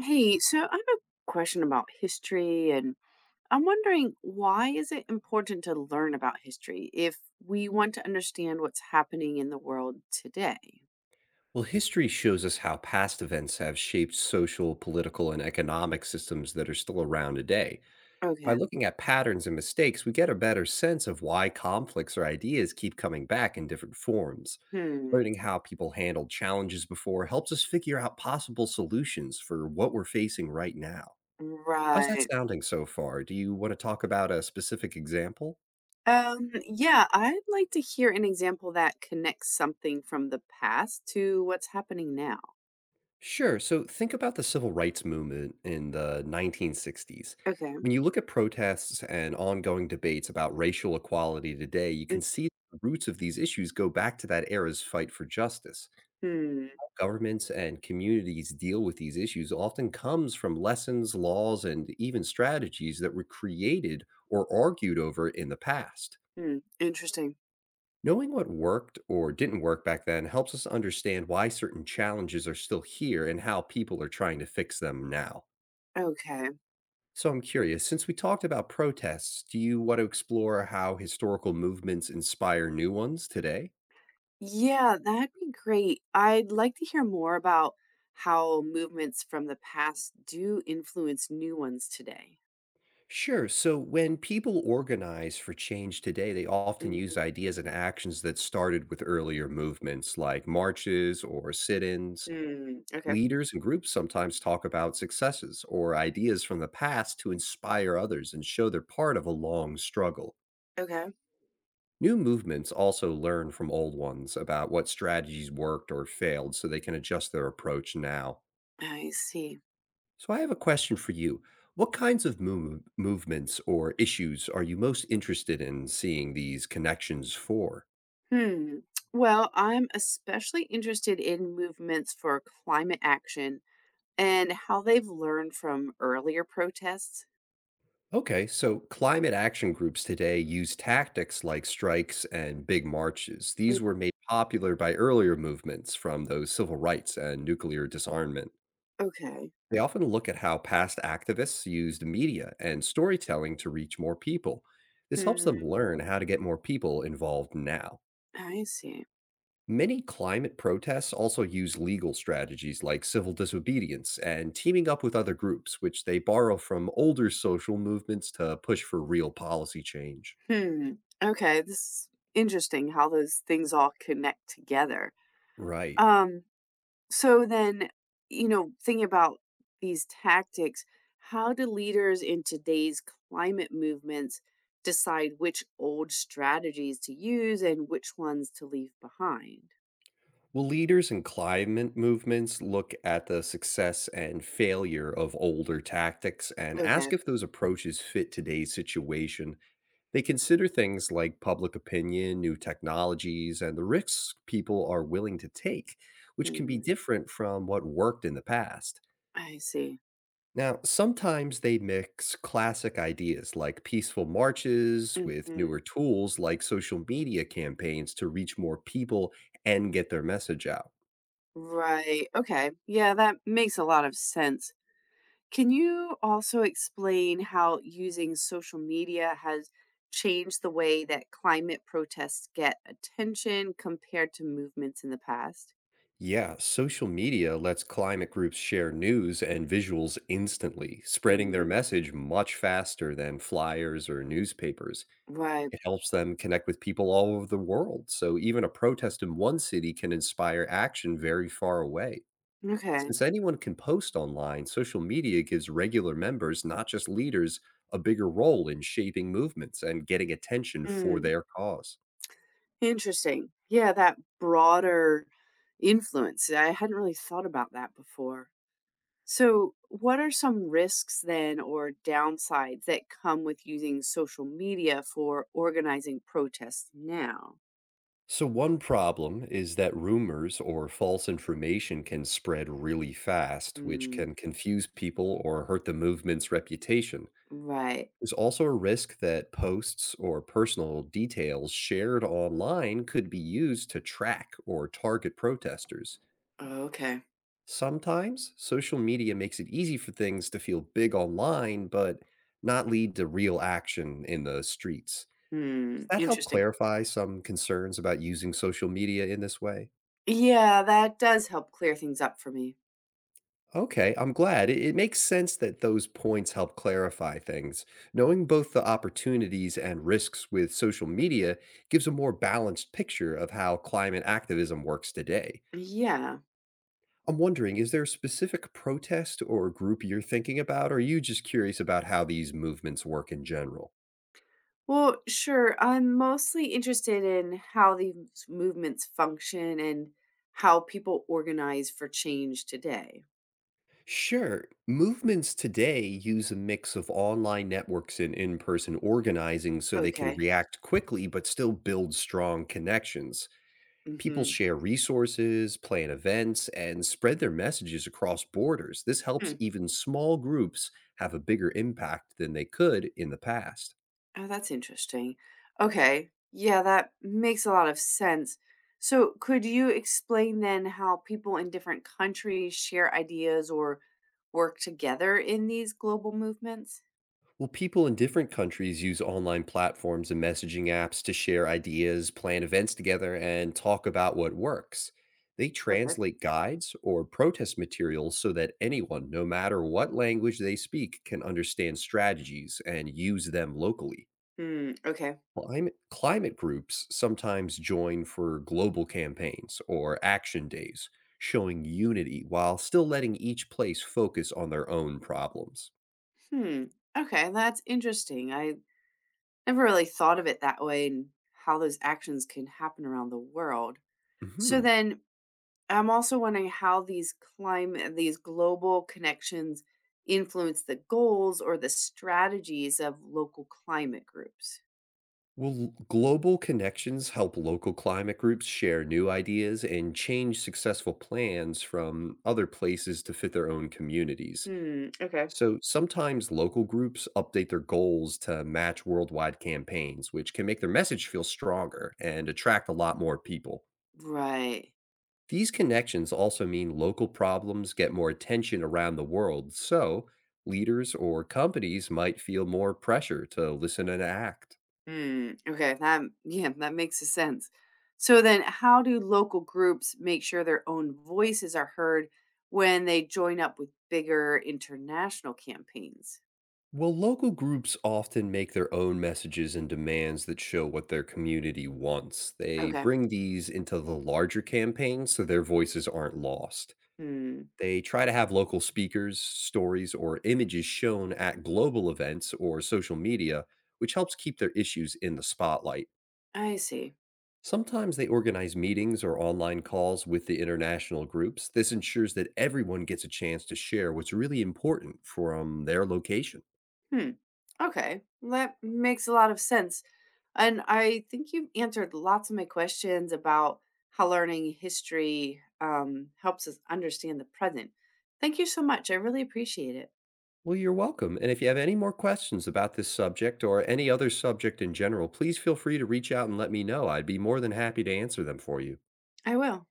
Hey, so I have a question about history, and I'm wondering why is it important to learn about history if we want to understand what's happening in the world today? Well, history shows us how past events have shaped social, political, and economic systems that are still around today. By Okay. looking at patterns and mistakes, we get a better sense of why conflicts or ideas keep coming back in different forms. Hmm. Learning how people handled challenges before helps us figure out possible solutions for what we're facing right now. How's that Right. sounding so far? Do you want to talk about a specific example? Yeah, I'd like to hear an example that connects something from the past to what's happening now. Sure. So think about the civil rights movement in the 1960s. Okay. When you look at protests and ongoing debates about racial equality today, you can see the roots of these issues go back to that era's fight for justice. Hmm. Governments and communities deal with these issues often comes from lessons, laws, and even strategies that were created or argued over in the past. Hmm. Interesting. Knowing what worked or didn't work back then helps us understand why certain challenges are still here and how people are trying to fix them now. Okay. So I'm curious, since we talked about protests, do you want to explore how historical movements inspire new ones today? Yeah, that'd be great. I'd like to hear more about how movements from the past do influence new ones today. Sure. So when people organize for change today, they often Hmm. use ideas and actions that started with earlier movements like marches or sit ins. Mm, okay. Leaders and groups sometimes talk about successes or ideas from the past to inspire others and show they're part of a long struggle. Okay. New movements also learn from old ones about what strategies worked or failed so they can adjust their approach now. I see. So, I have a question for you. What kinds of movements or issues are you most interested in seeing these connections for? Hmm. Well, I'm especially interested in movements for climate action and how they've learned from earlier protests. Okay, so climate action groups today use tactics like strikes and big marches. Mm, These were made popular by earlier movements from those civil rights and nuclear disarmament. okay. They often look at how past activists used media and storytelling to reach more people. This helps them Hmm. learn how to get more people involved now. I see. Many climate protests also use legal strategies like civil disobedience and teaming up with other groups, which they borrow from older social movements to push for real policy change. Hmm. Okay. This is interesting how those things all connect together. Right. Um, So then, thinking about these tactics, how do leaders in today's climate movements decide which old strategies to use and which ones to leave behind? Well, leaders in climate movements look at the success and failure of older tactics and Okay. ask if those approaches fit today's situation. They consider things like public opinion, new technologies, and the risks people are willing to take, which can be Mm, different from what worked in the past. I see. Now, sometimes they mix classic ideas like peaceful marches with Mhm. newer tools like social media campaigns to reach more people and get their message out. Right. Okay. Yeah, that makes a lot of sense. Can you also explain how using social media has changed the way that climate protests get attention compared to movements in the past? Yeah, social media lets climate groups share news and visuals instantly, spreading their Mm, message much faster than flyers or newspapers. right. It helps them connect with people all over the world. So even a protest in one city can inspire action very far away. Okay. Since anyone can post online, social media gives regular members, not just leaders, a bigger role in shaping movements and getting attention for Mm, their cause. interesting. Yeah, that broader influence. I hadn't really thought about that before. So, what are some risks then or downsides that come with using social media for organizing protests now? So, one problem is that rumors or false information can spread really fast, which Mm, can confuse people or hurt the movement's reputation. right. There's also a risk that posts or personal details shared online could be used to track or target protesters. Okay. Sometimes social media makes it easy for things to feel big online, but not lead to real action in the streets. Hmm. Does that help Interesting. clarify some concerns about using social media in this way? Yeah, that does help clear things up for me. Okay, I'm glad. It makes sense that those points help clarify things. Knowing both the opportunities and risks with social media gives a more balanced picture of how climate activism works today. Yeah. I'm wondering, is there a specific protest or group you're thinking about, or are you just curious about how these movements work in general? Well, sure. I'm mostly interested in how these movements function and how people organize for change today. Sure. Movements today use a mix of online networks and in person organizing so they can Okay. react quickly but still build strong connections. People Mm-hmm. share resources, plan events, and spread their messages across borders. This helps Hmm. even small groups have a bigger impact than they could in the past. Oh, that's interesting. Okay. Yeah, that makes a lot of sense. So, could you explain then how people in different countries share ideas or work together in these global movements? Well, people in different countries use online platforms and messaging apps to share ideas, plan events together, and talk about what works. They Okay. translate guides or protest materials so that anyone, no matter what language they speak, can understand strategies and use them locally. Hmm. Okay. Climate groups sometimes join for global campaigns or action days, showing unity while still letting each place focus on their own problems. Hmm. Okay. That's interesting. I never really thought of it that way and how those actions can happen around the world. So hmm then I'm also wondering how these climate these global connections influence the goals or the strategies of local climate groups. Will global connections help local climate groups share new ideas and change successful plans from other places to fit their own communities? Hmm, okay. So sometimes local groups update their goals to match worldwide campaigns, which can make their message feel stronger and attract a lot more people. Right. These connections also mean local problems get more attention around the world, so leaders or companies might feel more pressure to listen and act. Hmm. Okay. That, yeah, that makes a sense. So then how do local groups make sure their own voices are heard when they join up with bigger international campaigns? Well, local groups often make their own messages and demands that show what their community wants. They Okay. bring these into the larger campaign so their voices aren't lost. They try to have local speakers, stories, or images shown at global events or social media, which helps keep their issues in the spotlight. I see. Sometimes they organize meetings or online calls with the international groups. This ensures that everyone gets a chance to share what's really important from their location. Hmm. Okay. That makes a lot of sense. And I think you've answered lots of my questions about how learning history helps us understand the present. Thank you so much. I really appreciate it. Well, you're welcome. And if you have any more questions about this subject or any other subject in general, please feel free to reach out and let me know. I'd be more than happy to answer them for you. I will.